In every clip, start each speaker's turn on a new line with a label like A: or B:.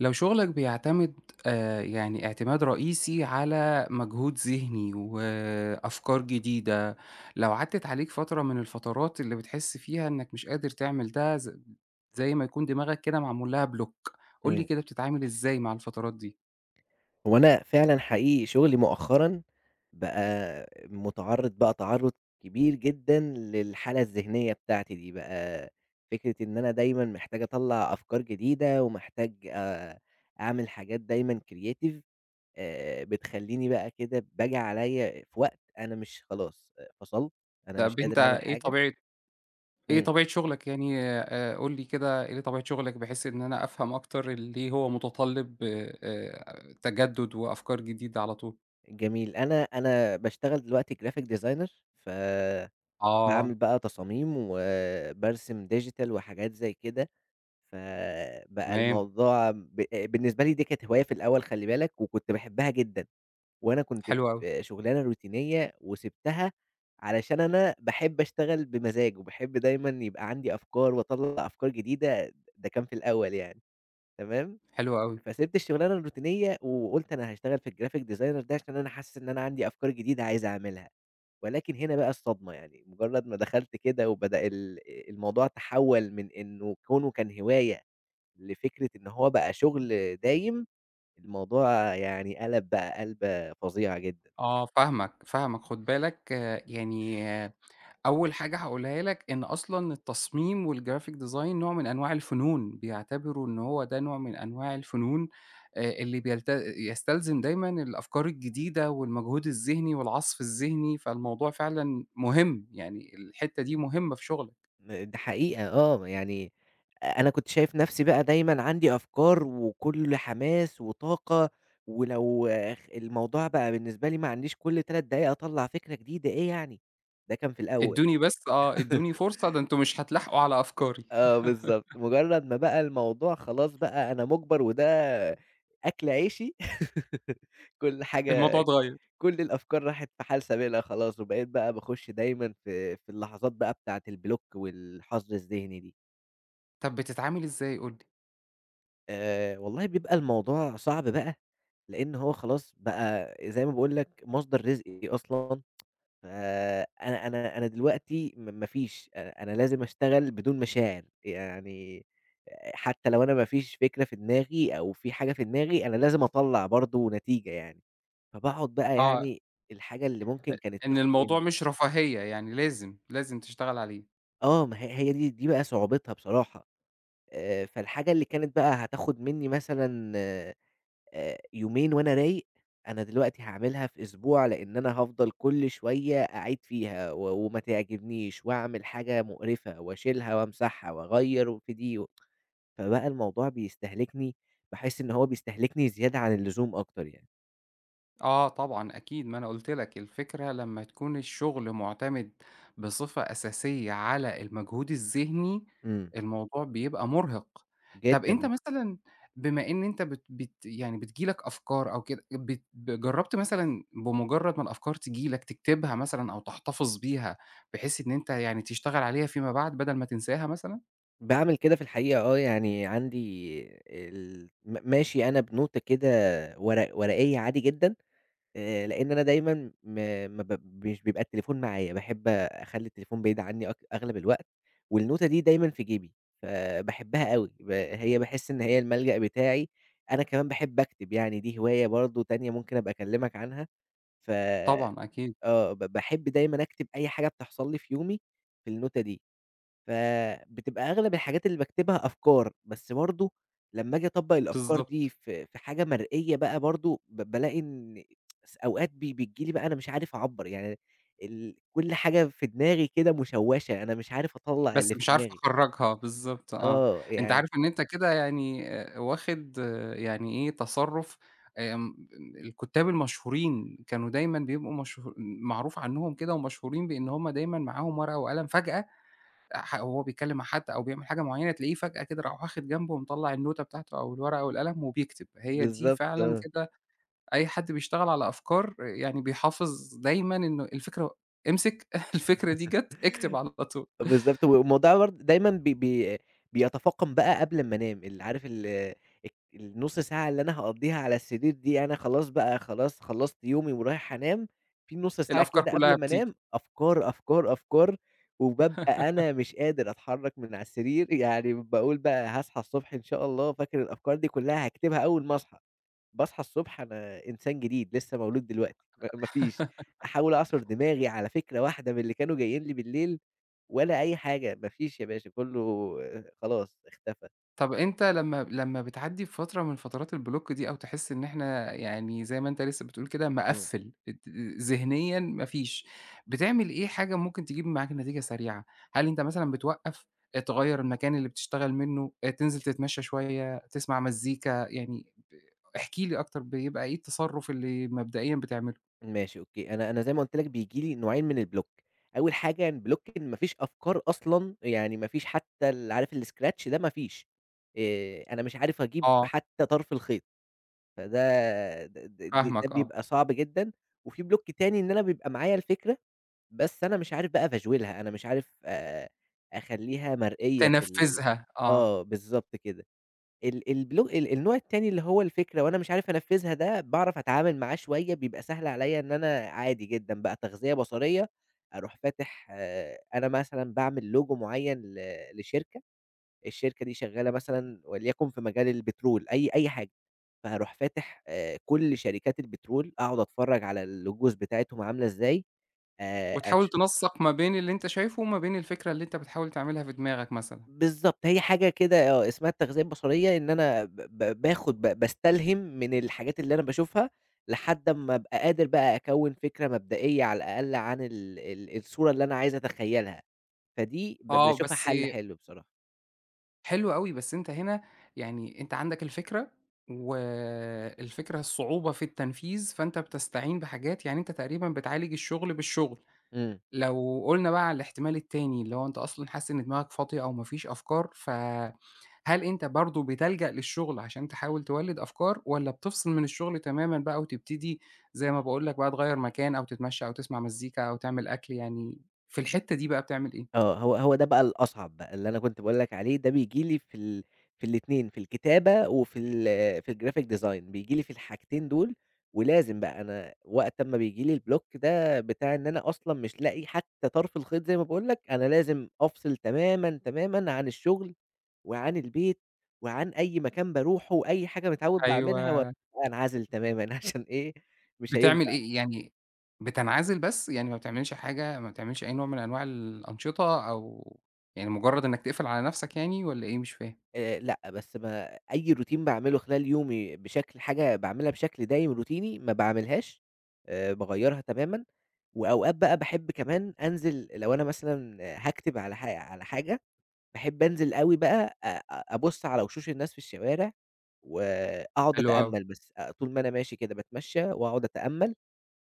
A: لو شغلك بيعتمد يعني اعتماد رئيسي على مجهود ذهني وأفكار جديدة، لو عدِّت عليك فترة من الفترات اللي بتحس فيها إنك مش قادر تعمل ده، زي ما يكون دماغك كده معمول لها بلوك، قُل لي
B: إمم.
A: كده بتتعامل إزاي مع الفترات دي؟
B: هو أنا فعلًا حقيقي شغلي مؤخرًا بقى مُتعرّض بقى تعرُّض كبير جدًا للحالة الذهنية بتاعتي دي، بقى فكرة إن أنا دايمًا محتاج أطلّع أفكار جديدة ومحتاج أعمل حاجات دايمًا creative. بتخلّيني بقى كده باجي عليّا في وقت أنا مش خلاص، فصلت، أنا مش
A: طب
B: قادر
A: أنت
B: أعمل
A: إيه
B: حاجة.
A: طبيعة إيه
B: إمم.
A: طبيعة شغلك، يعني قُل لي كده إيه طبيعة شغلك بحيث إن أنا أفهم أكتر ليه هو متطلِّب تجدُّد وأفكار جديدة على طول؟
B: جميل. أنا باشتغل دلوقتي graphic designer، فباعمل
A: آه،
B: بقى تصاميم وبارسم digital وحاجات زي كده. فبقى
A: تمام،
B: الموضوع بالنسبة لي دي كانت هواية في الأول خلّي بالك، وكنت باحبها جدًا، وأنا كنت
A: حلو أوي،
B: في شغلانة روتينية وسِبتها علشان أنا باحب أشتغل بمزاج، وباحب دايمًا يبقى عندي أفكار وأطلّع أفكار جديدة. ده كان في الأول يعني تمام.
A: حلو أوي.
B: فسِبت الشغلانة الروتينية وقُلت أنا هاشتغل في الgraphic designer ده عشان أنا حاسس إن أنا عندي أفكار جديدة عايز أعملها، ولكن هنا بقى الصدمة. يعني مجرد ما دخلت كده وبدأ الموضوع تحوّل من إنه كونه كان هواية لفكرة إن هو بقى شغل دايم، الموضوع يعني قلب بقى قلبة فظيعة جدًا.
A: آه، فاهمك، فاهمك، خُد بالك آه، يعني آه، أول حاجة هاقولها لك إن أصلًا التصميم والgraphic design نوع من أنواع الفنون، بيعتبروا إن هو ده نوع من أنواع الفنون اللي بيلت يستلزم دايمًا الأفكار الجديدة والمجهود الذهني والعصف الذهني، فالموضوع فعلًا مهم، يعني الحتّة دي مهمة في شغلك.
B: ده حقيقة آه، يعني أنا كنت شايف نفسي بقى دايمًا عندي أفكار وكُلّ حماس وطاقة، ولو الموضوع بقى بالنسبة لي ما عنديش كُلّ 3 دقايق أطلّع فكرة جديدة، إيه يعني؟ ده كان في الأول.
A: ادّوني بس آه، ادّوني فرصة، ده أنتم مش هتلاحقوا على أفكاري،
B: آه بالضبط، مجرد ما بقى الموضوع خلاص بقى أنا مُجبر وده أكل عيشي، كُلّ حاجة.
A: الموضوع اتغيّر.
B: كل الأفكار راحت في حال سبيلها خلاص، وبقيت بقى باخُش دايمًا في اللحظات بقى بتاعة البلوك والحظر الذهني دي.
A: طَب بتتعامل إزاي قُل لي؟
B: والله بيبقى الموضوع صعب بقى، لإن هو خلاص بقى زي ما باقول لك مصدر رزقي أصلًا. فأنا أنا أنا انا دلوقتي ما فيش، أنا لازم أشتغل بدون مشاعر، يعني حتى لو أنا ما فيش فكرة في دماغي أو في حاجة في دماغي، أنا لازم أطلّع برضه نتيجة يعني. فباقعد بقى
A: آه.
B: يعني الحاجة اللي
A: أ
B: ممكن كانت
A: إن
B: تاخد
A: الموضوع
B: منّي.
A: مش رفاهية، يعني لازم، لازم تشتغل عليه.
B: آه، ما هي دي بقى صعوبتها بصراحة. فالحاجة اللي كانت بقى هتاخد منّي مثلًا، يومين وأنا رايق، أنا دلوقتي هاعملها في أسبوع، لإن أنا هافضل كل شوية أعيد فيها وما تعجبنيش وأعمل حاجة مقرفة وأشيلها وأمسحها وأغيّر في دي فبقى الموضوع بيستهلكني، باحس إن هو بيستهلكني زيادة عن اللزوم أكتر يعني.
A: آه طبعًا أكيد، ما أنا قُلت لك الفكرة لمّا تكون الشغل مُعتمد بصفة أساسية على المجهود الذهني،
B: إمم،
A: الموضوع بيبقى مُرهِق. طَب أنت
B: جدًا.
A: مثلًا بما إن أنت بت بت يعني بتيجي لك أفكار أو كده، بت ب جرّبت مثلًا بمُجرّد ما الأفكار تيجي لك تكتبها مثلًا أو تحتفظ بيها، بحيث إن أنت يعني تشتغل عليها فيما بعد بدل ما تنساها مثلًا؟
B: باعمل كده في الحقيقة آه، يعني عندي ال م ماشي أنا بنوتة كده ورقية عادي جدًا، لإن أنا دايمًا م ما ب مش بيبقى التليفون معايا، باحب أخلّي التليفون بعيد عني أغلب الوقت، والنوتة دي دايمًا في جيبي، فباحبها أوي. هي باحس إن هي الملجأ بتاعي، أنا كمان باحب أكتب يعني دي هواية برضه تانية ممكن أبقى أكلمك عنها. ف
A: طبعًا أكيد،
B: آه، باحب دايمًا أكتب أي حاجة بتحصل لي في يومي في النوتة دي. فبتبقى أغلب الحاجات اللي باكتبها أفكار، بس برضه لمّا آجي أطبّق الأفكار دي
A: بالضبط.
B: في حاجة مرئية بقى برضه بالاقي إن س أوقات بي بتيجي لي بقى أنا مش عارف أعبّر، يعني كل حاجة في دماغي كده مشوّشة، أنا مش عارف أطلّع
A: بس
B: اللي في
A: مش عارف
B: دماغي.
A: أخرّجها، بالضبط آه.
B: آه،
A: أنت
B: يعني
A: عارف إن أنت كده، يعني واخد آه، يعني إيه، تصرُّف. آمم الكُتّاب المشهورين كانوا دايمًا بيبقوا معروف عنّهم كده ومشهورين بإن هم دايمًا معاهم ورقة وقلم، فجأة وهو بيتكلّم مع حد أو بيعمل حاجة معيّنة تلاقيه فجأة كده راح واخد جنبه ومطلّع النوتة بتاعته أو الورقة والقلم وبيكتب. هي دي
B: بالضبط
A: فعلًا
B: آه،
A: كده. أي حد بيشتغل على أفكار، آه، يعني بيحافظ دايمًا إنه الفكرة، امسك الفكرة دي جَت، اكتب على طول.
B: بالضبط، والموضوع برضه دايمًا بي بي بيتفاقم بقى قبل أمّا أنام، اللي عارف النُص ساعة اللي أنا هاقضّيها على السرير دي أنا خلاص بقى خلاص خلّصت يومي ورايح أنام، في نُص ساعة
A: الأفكار
B: كده
A: كُلّها
B: قبل ما
A: بتيجي.
B: أنام أفكار، أفكار، أفكار، وبابقى أنا مش قادر أتحرّك من على السرير، يعني باقول بقى هاصحى الصبح إن شاء الله فاكر الأفكار دي كلّها هاكتبها أول ما أصحى. باصحى الصبح أنا إنسان جديد لسه مولود دلوقتي، ما فيش، أحاول أعصُر دماغي على فكرة واحدة من اللي كانوا جايين لي بالليل ولا أي حاجة، ما فيش يا باشا كلّه خلاص اختفى.
A: طب أنت لمّا بتعدّي بفترة من فترات البلوك دي أو تحس إن إحنا، يعني زي ما أنت لسه بتقول كده،
B: إمم.
A: مقفّل ذهنيًا ما فيش، بتعمل إيه حاجة ممكن تجيب معاك نتيجة سريعة؟ هل أنت مثلًا بتوقّف، تغيّر المكان اللي بتشتغل منه، تنزل تتمشى شوية، تسمع مزيكا، يعني احكِ لي أكتر بيبقى إيه التصرُّف اللي مبدئيًا بتعمله؟
B: ماشي أوكي، أنا زي ما قُلت لك بييجي لي نوعين من البلوك، أول حاجة البلوك إن ما فيش أفكار أصلًا، يعني ما فيش حتى عارف الscratch ده ما فيش، أنا مش عارف أجيب
A: آه،
B: حتى طرف الخيط، فده د د د ده
A: فاهمك آه،
B: بيبقى صعب جدًا، وفي بلوك تاني إن أنا بيبقى معايا الفكرة، بس أنا مش عارف بقى أفشولها، أنا مش عارف أخلّيها مرئية في ال.
A: تنفّذها آه،
B: آه بالضبط كده. ال البلو ال النوع التاني اللي هو الفكرة وأنا مش عارف أنفّذها ده، باعرف أتعامل معاه شوية، بيبقى سهل عليّا إن أنا عادي جدًا بقى تغذية بصرية، أروح فاتح آه، أنا مثلًا باعمل لوجو معيّن لشركة، الشركة دي شغّالة مثلًا وليكن في مجال البترول، أي حاجة، فهاروح فاتح كل شركات البترول، أقعد أتفرّج على اللوجوز بتاعتهم عاملة إزاي،
A: وتحاول
B: أش
A: تنسّق ما بين اللي أنت شايفه وما بين الفكرة اللي أنت بتحاول تعملها في دماغك مثلًا.
B: بالضبط، هي حاجة كده آه، اسمها التغذية البصرية، إن أنا ب ب باخد ب باستلهم من الحاجات اللي أنا باشوفها، لحد أمّا أبقى قادر بقى أكوّن فكرة مبدئية على الأقل عن ال الصورة اللي أنا عايز أتخيّلها، فدي
A: آه،
B: باشوفها
A: بس
B: حلو بصراحة.
A: حلو أوي، بس أنت هنا يعني أنت عندك الفكرة، والفكرة الصعوبة في التنفيذ، فأنت بتستعين بحاجات، يعني أنت تقريبا بتعالج الشغل بالشغل.
B: إمم.
A: لو قُلنا بقى على الاحتمال التاني، اللي هو أنت أصلًا حاسس إن دماغك فاضية أو ما فيش أفكار، فهل أنت برضه بتلجأ للشغل عشان تحاول تولِّد أفكار، والّا بتفصل من الشغل تمامًا بقى وتبتدي زي ما باقول لك بقى تغيّر مكان أو تتمشى أو تسمع مزيكا أو تعمل أكل، يعني في الحتّة دي بقى بتعمل إيه؟
B: آه، هو ده بقى الأصعب بقى، اللي أنا كنت باقول لك عليه ده بييجي لي في الاتنين، في الكتابة وفي ال في الgraphic design بييجي لي في الحاجتين دول، ولازم بقى أنا وقت أمّا بييجي لي الblock ده بتاع إن أنا أصلًا مش لاقي حتى طرف الخيط زي ما باقول لك، أنا لازم أفصل تمامًا، تمامًا عن الشغل وعن البيت وعن أي مكان باروحه وأي حاجة متعوّد باعملها
A: أيوه.
B: وأبقى أنعزل تمامًا عشان إيه، مش
A: بتعمل
B: هينفع.
A: إيه؟ يعني بتنعزل بس؟ يعني ما بتعملش حاجة، ما بتعملش أي نوع من أنواع الأنشطة، أو يعني مجرّد إنّك تقفل على نَفْسك، يعني والّا إيه مش فاهم؟
B: لأ، بس ما أي روتين باعمله خلال يومي بشكل حاجة باعملها بشكل دايم روتيني ما باعملهاش، باغيّرها تمامًا، وأوقات بقى باحب كمان أنزل لو أنا مثلًا هاكتب على على حاجة، باحب أنزل أوي بقى أ أ أبُص على وشوش الناس في الشوارع، وأقعد
A: حلو أوي،
B: أتأمل بس، طول ما أنا ماشي كده باتمشى وأقعد أتأمل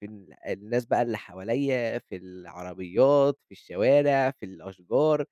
B: في ال الناس بقى اللي حواليّا، في العربيات، في الشوارع، في الأشجار.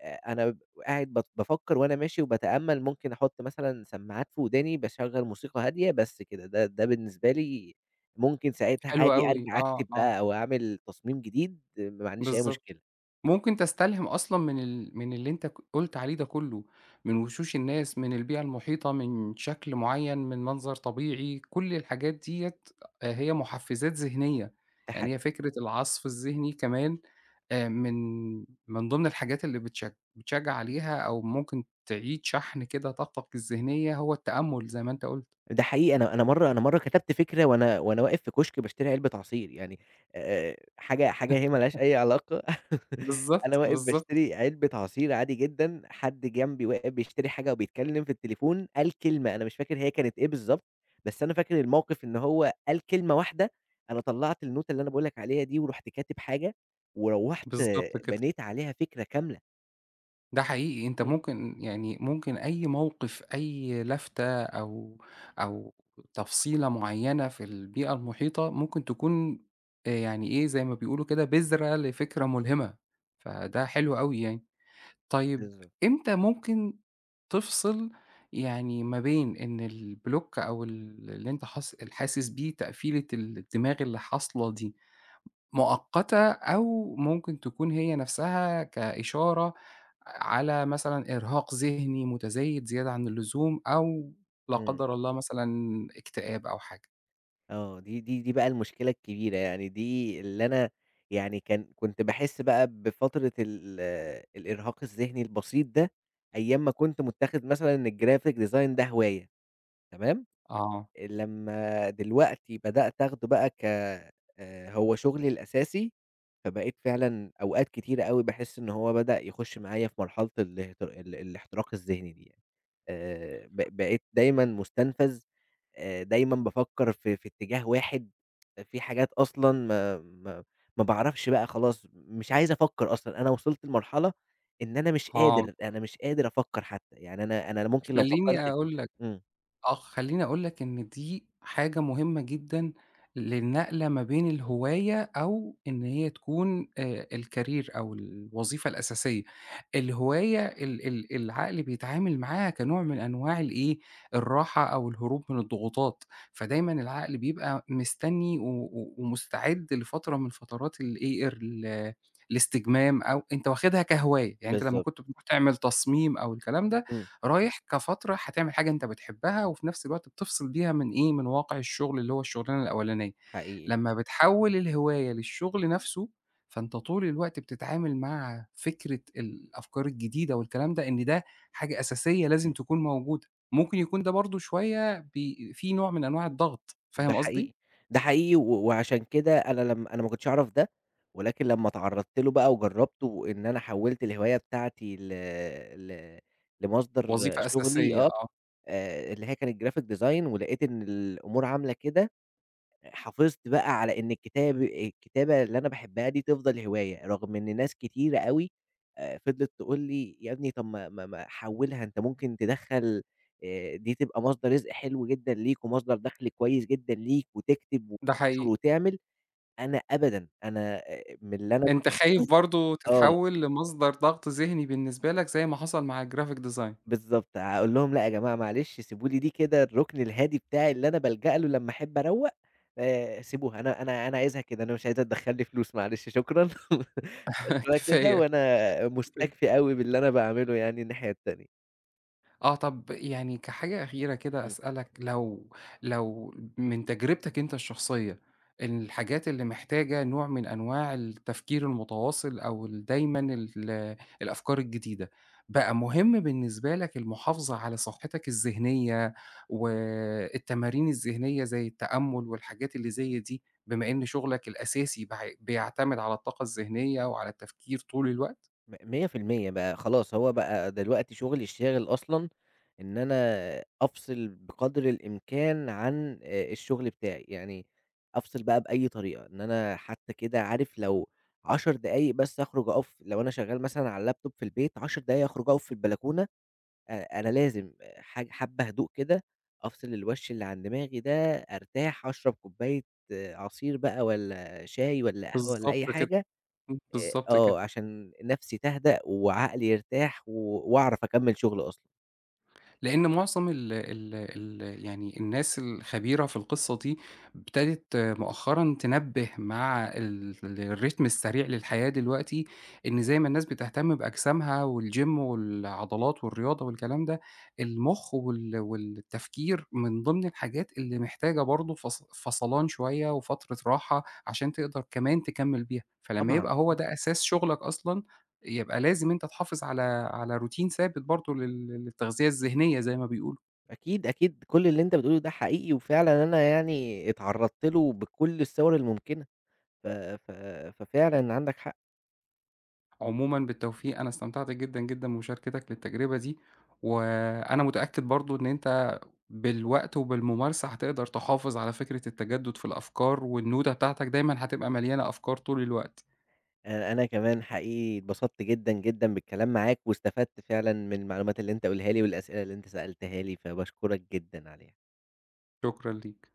B: أنا ب قاعد بافكّر وأنا ماشي وباتأمّل ممكن أحُط مثلًا سماعات في وداني، باشغّل موسيقى هادية بس كده، ده بالنسبة لي ممكن ساعتها
A: حلو
B: عادي
A: أوي،
B: أرجع
A: آه،
B: أكتب
A: آه.
B: بقى أو أعمل تصميم جديد، آه، ما عنديش أي
A: بالضبط.
B: مشكلة،
A: ممكن تستلهم أصلًا من من اللي أنت قُلت عليه ده كُلّه، من وشوش الناس، من البيئة المحيطة، من شكل معيّن، من منظر طبيعي، كل الحاجات ديّة هي محفّزات ذهنية.
B: ده
A: يعني هي
B: حقيقي.
A: فكرة العصف الذهني كمان، آآ من من ضمن الحاجات اللي بتشجّع عليها، أو ممكن تعيد شحن كده طاقتك الذهنية، هو التأمُّل زي ما أنت قُلت.
B: ده حقيقي أنا مرّة كتبت فكرة وأنا واقف في كشك باشتري علبة عصير، يعني حاجة هي ما لهاش أي علاقة أنا
A: بالضبط،
B: واقف
A: بالضبط،
B: باشتري علبة عصير عادي جدًا، حد جنبي واقف بيشتري حاجة وبيتكلم في التليفون، قال كلمة أنا مش فاكر هي كانت إيه بالضبط، بس أنا فاكر الموقف إن هو قال كلمة واحدة، أنا طلّعت النوتة اللي أنا باقول لك عليها دي ورُحت كاتب حاجة، وروّحت
A: بالضبط كده.
B: بنيت عليها فكرة كاملة.
A: ده حقيقي، أنت
B: إمم،
A: ممكن، يعني ممكن أي موقف، أي لفتة أو تفصيلة معيّنة في البيئة المحيطة ممكن تكون يعني إيه، زي ما بيقولوا كده بذرة لفكرة ملهمة، فده حلو أوي يعني. طيب،
B: بالضبط،
A: إمتى ممكن تفصل يعني ما بين إن البلوك أو اللي أنت حاسس بيه تقفيلة الدماغ اللي حاصلة دي، مؤقتة أو ممكن تكون هي نفسها كإشارة على مثلًا إرهاق ذهني متزايد زيادة عن اللزوم، أو لا
B: إمم.
A: قدر الله مثلًا اكتئاب أو حاجة.
B: آه، دي بقى المشكلة الكبيرة، يعني دي اللي أنا يعني كنت باحس بقى بفترة الإرهاق الذهني البسيط ده، أيام ما كنت متّاخد مثلًا إن الgraphic design ده هواية، تمام؟
A: آه،
B: لمّا دلوقتي بدأت آخده بقى هو شغلي الأساسي، فبقيت فعلًا أوقات كتيرة أوي باحس إن هو بدأ يخُش معايا في مرحلة الاهت ال الاحتراق الذهني دي يعني. ب بقيت دايمًا مُستنفَذ، دايمًا بافكّر في اتجاه واحد، في حاجات أصلًا ما باعرفش بقى خلاص، مش عايز أفكّر أصلًا، أنا وصلت لمرحلة إن أنا مش
A: آه.
B: قادر، أنا مش قادر أفكّر حتّى، يعني أنا ممكن لو
A: خلّيني
B: فكّرت في.
A: أقول لك
B: إمم،
A: خلّيني أقول لك إن دي حاجة مهمة جدًا للنقلة ما بين الهواية أو إن هي تكون الcareer أو الوظيفة الأساسية. الهواية، ال ال العقل بيتعامل معاها كنوع من أنواع الإيه، الراحة أو الهروب من الضغوطات، فدايمًا العقل بيبقى مستني و و ومستعد لفترة من فترات الإيه، الاستجمام، أو أنت واخدها كهواية. يعني أنت لما
B: بالضبط،
A: كنت بتروح تعمل تصميم أو الكلام ده،
B: إمم.
A: رايح كفترة هتعمل حاجة أنت بتحبها، وفي نفس الوقت بتفصل بيها من إيه، من واقع الشغل اللي هو الشغلانة الأولانية.
B: حقيقي،
A: لمّا بتحوّل الهواية للشغل نفسه، فأنت طول الوقت بتتعامل مع فكرة الأفكار الجديدة والكلام ده، إن ده حاجة أساسية لازم
B: إمم.
A: تكون موجودة. ممكن يكون ده برضه شوية فيه نوع من أنواع الضغط،
B: ده
A: فاهم قصدي؟
B: حقيقي، ده حقيقي وعشان كده أنا لمّا أنا ما كنتش أعرف ده، ولكن لمّا اتعرّضت له بقى وجرّبته وإن أنا حوّلت الهواية بتاعتي ل ل لمصدر
A: وظيفة
B: شغلي
A: أساسية
B: آه،
A: آه،
B: اللي هي كانت graphic design ولقيت إن الأمور عاملة كده حافظت بقى على إن الكتابة اللي أنا باحبها دي تفضل هواية، رغم إن ناس كتيرة أوي فضلت تقول لي: "يا ابني طب ما حوّلها أنت ممكن تدخّل، دي تبقى مصدر رزق حلو جدًا ليك ومصدر دخل كويس جدًا ليك وتكتب
A: ده
B: وتنشر
A: حقيقي.
B: وتعمل." أنا أبدًا، أنا من اللي أنا
A: أنت
B: جرّبته
A: خايف برضه
B: آه.
A: تتحوّل لمصدر ضغط ذهني بالنسبة لك زي ما حصل مع الgraphic design.
B: بالضبط، هاقول لهم لأ يا جماعة معلش سيبوا لي دي كده الرُكن الهادي بتاعي اللي أنا بالجأ له لمّا أحب أروّق، سيبوها أنا عايزها كده، أنا مش عايزها تدخّل لي فلوس معلش شكرًا، خدوها كده
A: كفاية.
B: وأنا مُستكفي أوي باللي أنا باعمله يعني الناحية التانية.
A: آه، طب يعني كحاجة أخيرة كده أسألك، لو من تجربتك أنت الشخصية، الحاجات اللي محتاجة نوع من أنواع التفكير المتواصل أو دايمًا الأفكار الجديدة، بقى مهم بالنسبة لك المحافظة على صحتك الذهنية والتمارين الذهنية زي التأمل والحاجات اللي زي دي، بما إن شغلك الأساسي بيعتمد على الطاقة الذهنية وعلى التفكير طول الوقت؟
B: 100% بقى خلاص هو بقى دلوقتي شغلي الشاغل أصلًا إن أنا أفصل بقدر الإمكان عن الشغل بتاعي، يعني أفصل بقى بأي طريقة، إن أنا حتى كده عارف لو 10 دقايق بس أخرج أقف لو أنا شغال مثلًا على اللاب توب في البيت 10 دقايق أخرج أقف في البلكونة، أنا لازم آه، حبة هدوء كده، أفصل الوش اللي عن دماغي ده، أرتاح، أشرب كوباية آه، عصير بقى والّا شاي والّا قهوة والّا أي
A: بالضبط كده،
B: حاجة.
A: بالضبط كده.
B: آه، عشان نَفْسي تهدأ وعقلي يرتاح وأعرف أكمّل شغل أصلًا.
A: لإن معظم ال ال ال يعني الناس الخبيرة في القصة دي ابتدت مؤخرًا تنبّه مع الريتم السريع للحياة دلوقتي، إن زي ما الناس بتهتم بأجسامها والgym والعضلات والرياضة والكلام ده، المُخ والتفكير من ضمن الحاجات اللي محتاجة برضه فصلان شوية وفترة راحة عشان تقدر كمان تكمّل بيها، فلمّا
B: طبعًا،
A: يبقى هو
B: إمم،
A: ده أساس شغلك أصلًا، يبقى لازم أنت تحافظ على روتين ثابت برضه للتغذية الذهنية زي ما بيقولوا.
B: أكيد، أكيد كل اللي أنت بتقوله ده حقيقي وفعلًا أنا يعني اتعرّضت له بكل الصور الممكنة، ف ف ففعلًا عندك حق.
A: عمومًا بالتوفيق، أنا استمتعت جدًا، جدًا بمشاركتك للتجربة دي، وأنا متأكد برضه إن أنت بالوقت وبالممارسة هتقدر تحافظ على فكرة التجدد في الأفكار، والنوتة بتاعتك دايمًا هتبقى مليانة أفكار طول الوقت.
B: أنا كمان حقيقي اتبسطت جدًا، جدًا بالكلام معاك واستفدت فعلًا من المعلومات اللي أنت قُلها لي والأسئلة اللي أنت سألتها لي، فباشكرك جدًا عليها.
A: شكرًا ليك.